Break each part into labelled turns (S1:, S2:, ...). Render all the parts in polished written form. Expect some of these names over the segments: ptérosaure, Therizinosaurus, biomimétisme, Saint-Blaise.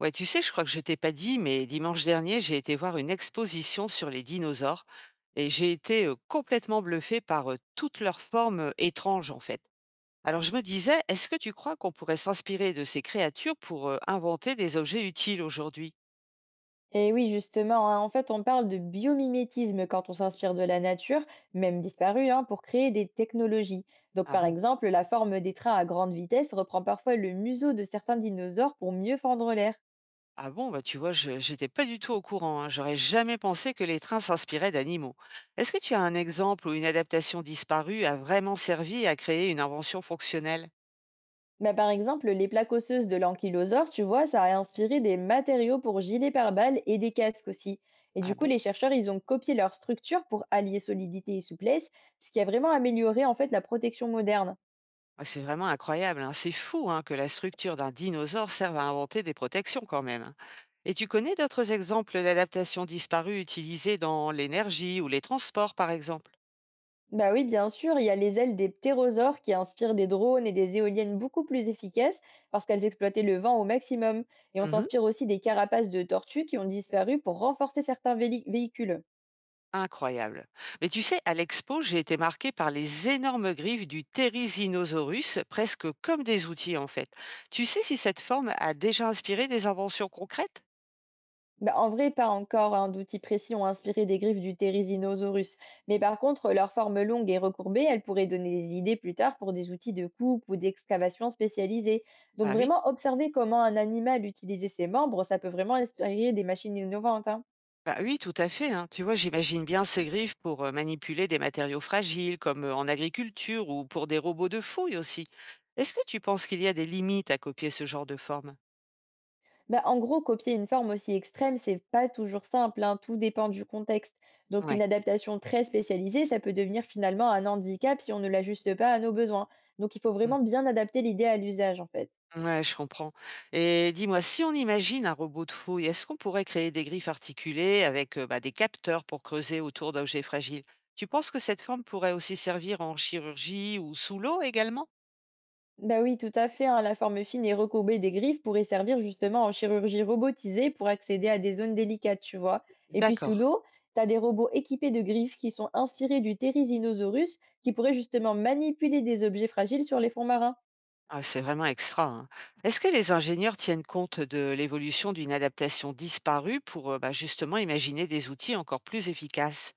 S1: Ouais, tu sais, je crois que je t'ai pas dit, mais dimanche dernier, j'ai été voir une exposition sur les dinosaures et j'ai été complètement bluffée par toutes leurs formes étranges, en fait. Alors je me disais, est-ce que tu crois qu'on pourrait s'inspirer de ces créatures pour inventer des objets utiles aujourd'hui?
S2: Et oui, justement, hein, en fait, on parle de biomimétisme quand on s'inspire de la nature, même disparue, hein, pour créer des technologies. Donc,
S1: Ah
S2: par
S1: bon?
S2: exemple, la forme des trains à grande vitesse reprend parfois le museau de certains dinosaures pour mieux fendre l'air.
S1: Ah bon, bah tu vois, je j'étais pas du tout au courant, hein. J'aurais jamais pensé que les trains s'inspiraient d'animaux. Est-ce que tu as un exemple où une adaptation disparue a vraiment servi à créer une invention fonctionnelle?
S2: Mais par exemple, les plaques osseuses de l'ankylosaure, tu vois, ça a inspiré des matériaux pour gilets pare-balles et des casques aussi. Et
S1: Ah
S2: du coup,
S1: bon?
S2: les chercheurs, ils ont copié leur structure pour allier solidité et souplesse, ce qui a vraiment amélioré en fait la protection moderne.
S1: Ah, c'est vraiment incroyable, hein. C'est fou hein, que la structure d'un dinosaure serve à inventer des protections quand même, hein. Et tu connais d'autres exemples d'adaptations disparues utilisées dans l'énergie ou les transports, par exemple?
S2: Bah oui, bien sûr, il y a les ailes des ptérosaures qui inspirent des drones et des éoliennes beaucoup plus efficaces parce qu'elles exploitaient le vent au maximum. Et on
S1: Mhm.
S2: s'inspire aussi des carapaces de tortues qui ont disparu pour renforcer certains véhicules.
S1: Incroyable. Mais tu sais, à l'expo, j'ai été marquée par les énormes griffes du Therizinosaurus, presque comme des outils en fait. Tu sais si cette forme a déjà inspiré des inventions concrètes?
S2: Bah, en vrai, pas encore hein, d'outils précis ont inspiré des griffes du Therizinosaurus. Mais par contre, leur forme longue et recourbée, elle pourrait donner des idées plus tard pour des outils de coupe ou d'excavation spécialisés. Donc
S1: Ah oui.
S2: vraiment, observer comment un animal utilisait ses membres, ça peut vraiment inspirer des machines innovantes, hein.
S1: Bah oui, tout à fait, hein. Tu vois, j'imagine bien ces griffes pour, manipuler des matériaux fragiles comme, en agriculture ou pour des robots de fouille aussi. Est-ce que tu penses qu'il y a des limites à copier ce genre de forme?
S2: Bah, en gros, copier une forme aussi extrême, c'est pas toujours simple, hein, tout dépend du contexte. Donc une
S1: Ouais.
S2: adaptation très spécialisée, ça peut devenir finalement un handicap si on ne l'ajuste pas à nos besoins. Donc il faut
S1: Mmh.
S2: vraiment bien adapter l'idée à l'usage en fait.
S1: Ouais, je comprends, et dis-moi, si on imagine un robot de fouille, est-ce qu'on pourrait créer des griffes articulées avec, bah, des capteurs pour creuser autour d'objets fragiles? Tu penses que cette forme pourrait aussi servir en chirurgie ou sous l'eau également?
S2: Bah oui, tout à fait, hein, la forme fine et recourbée des griffes pourrait servir justement en chirurgie robotisée pour accéder à des zones délicates, tu vois. Et puis sous
S1: D'accord.
S2: l'eau, t'as des robots équipés de griffes qui sont inspirés du Therizinosaurus qui pourraient justement manipuler des objets fragiles sur les fonds marins.
S1: Ah, c'est vraiment extra, hein. Est-ce que les ingénieurs tiennent compte de l'évolution d'une adaptation disparue pour bah, justement imaginer des outils encore plus efficaces?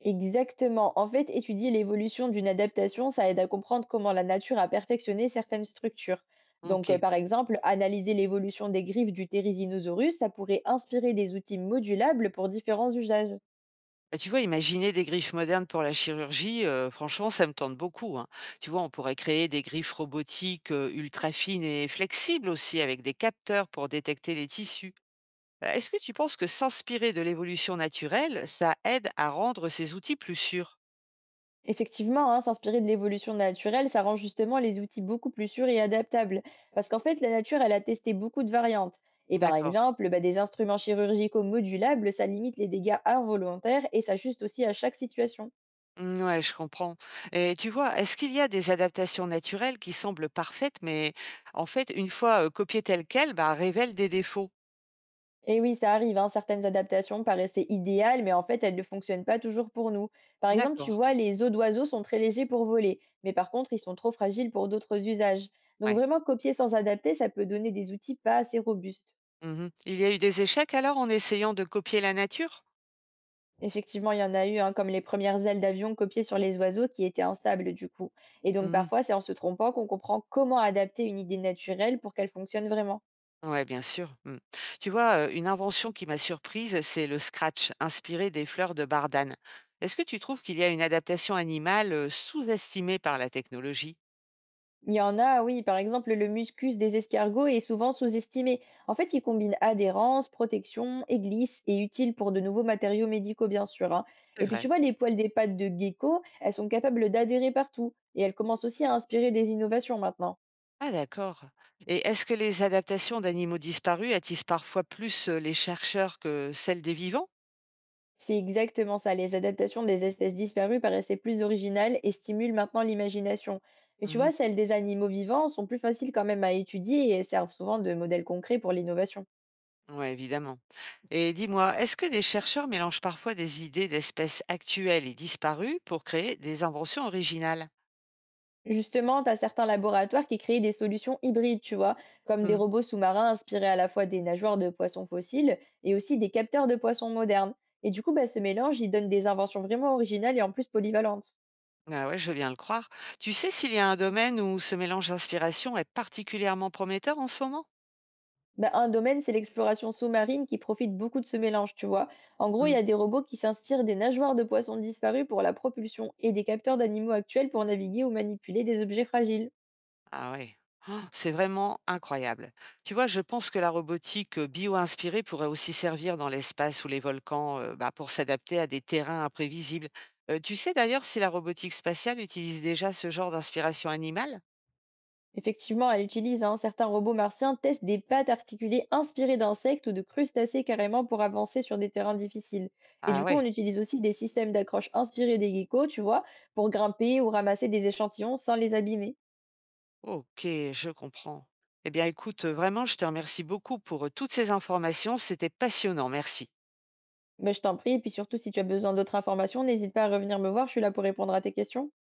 S2: Exactement. En fait, étudier l'évolution d'une adaptation, ça aide à comprendre comment la nature a perfectionné certaines structures. Donc,
S1: Ok.
S2: par exemple, analyser l'évolution des griffes du Therizinosaurus, ça pourrait inspirer des outils modulables pour différents usages.
S1: Bah, tu vois, imaginer des griffes modernes pour la chirurgie, franchement, ça me tente beaucoup, hein. Tu vois, on pourrait créer des griffes robotiques ultra fines et flexibles aussi avec des capteurs pour détecter les tissus. Est-ce que tu penses que s'inspirer de l'évolution naturelle, ça aide à rendre ces outils plus sûrs?
S2: Effectivement, hein, s'inspirer de l'évolution naturelle, ça rend justement les outils beaucoup plus sûrs et adaptables. Parce qu'en fait, la nature, elle a testé beaucoup de variantes. Et par
S1: D'accord.
S2: exemple, bah, des instruments chirurgicaux modulables, ça limite les dégâts involontaires et s'ajuste aussi à chaque situation.
S1: Mmh, ouais, je comprends, et tu vois, est-ce qu'il y a des adaptations naturelles qui semblent parfaites, mais en fait, une fois, copiées telles quelles, bah, révèlent des défauts?
S2: Et oui, ça arrive, hein, certaines adaptations paraissaient idéales, mais en fait, elles ne fonctionnent pas toujours pour nous. Par exemple, tu
S1: D'accord,
S2: vois, les os d'oiseaux sont très légers pour voler, mais par contre, ils sont trop fragiles pour d'autres usages. Donc
S1: ouais.
S2: vraiment, copier sans adapter, ça peut donner des outils pas assez robustes.
S1: Mmh. Il y a eu des échecs alors en essayant de copier la nature?
S2: Effectivement, il y en a eu, hein, comme les premières ailes d'avion copiées sur les oiseaux qui étaient instables du coup. Et donc
S1: Mmh.
S2: parfois, c'est en se trompant qu'on comprend comment adapter une idée naturelle pour qu'elle fonctionne vraiment.
S1: Ouais, bien sûr. Mmh. Tu vois, une invention qui m'a surprise, c'est le scratch, inspiré des fleurs de bardane. Est-ce que tu trouves qu'il y a une adaptation animale, sous-estimée par la technologie?
S2: Il y en a, oui, par exemple, le muscus des escargots est souvent sous-estimé. En fait, il combine adhérence, protection et glisse et utile pour de nouveaux matériaux médicaux, bien sûr, hein.
S1: C'est
S2: Et puis, tu
S1: vrai.
S2: vois, les poils des pattes de gecko, elles sont capables d'adhérer partout et elles commencent aussi à inspirer des innovations maintenant.
S1: Ah d'accord. Et est-ce que les adaptations d'animaux disparus attisent parfois plus les chercheurs que celles des vivants?
S2: C'est exactement ça. Les adaptations des espèces disparues paraissaient plus originales et stimulent maintenant l'imagination. Mais tu
S1: Mhm.
S2: vois, celles des animaux vivants sont plus faciles quand même à étudier et elles servent souvent de modèles concrets pour l'innovation.
S1: Oui, évidemment. Et dis-moi, est-ce que des chercheurs mélangent parfois des idées d'espèces actuelles et disparues pour créer des inventions originales?
S2: Justement, tu as certains laboratoires qui créent des solutions hybrides, tu vois, comme des
S1: Mm.
S2: robots sous-marins inspirés à la fois des nageoires de poissons fossiles et aussi des capteurs de poissons modernes. Et du coup, bah, ce mélange, il donne des inventions vraiment originales et en plus polyvalentes.
S1: Ah ouais, je veux bien le croire. Tu sais s'il y a un domaine où ce mélange d'inspiration est particulièrement prometteur en ce moment?
S2: Bah, un domaine, c'est l'exploration sous-marine qui profite beaucoup de ce mélange, tu vois. En gros, il y a des robots qui s'inspirent des nageoires de poissons disparus pour la propulsion et des capteurs d'animaux actuels pour naviguer ou manipuler des objets fragiles.
S1: Ah ouais. Han, c'est vraiment incroyable. Tu vois, je pense que la robotique, bio-inspirée pourrait aussi servir dans l'espace ou les volcans, bah, pour s'adapter à des terrains imprévisibles. Tu sais d'ailleurs si la robotique spatiale utilise déjà ce genre d'inspiration animale?
S2: Effectivement, elle utilise, hein, certains robots martiens testent des pattes articulées inspirées d'insectes ou de crustacés carrément pour avancer sur des terrains difficiles. Et du
S1: Ah
S2: coup, on
S1: ouais,
S2: utilise aussi des systèmes d'accroche inspirés des geckos, tu vois, pour grimper ou ramasser des échantillons sans les abîmer.
S1: OK, je comprends. Eh bien écoute, vraiment je te remercie beaucoup pour, toutes ces informations, c'était passionnant, merci.
S2: Mais je t'en prie, et puis surtout, si tu as besoin d'autres informations, n'hésite pas à revenir me voir, je suis là pour répondre à tes questions.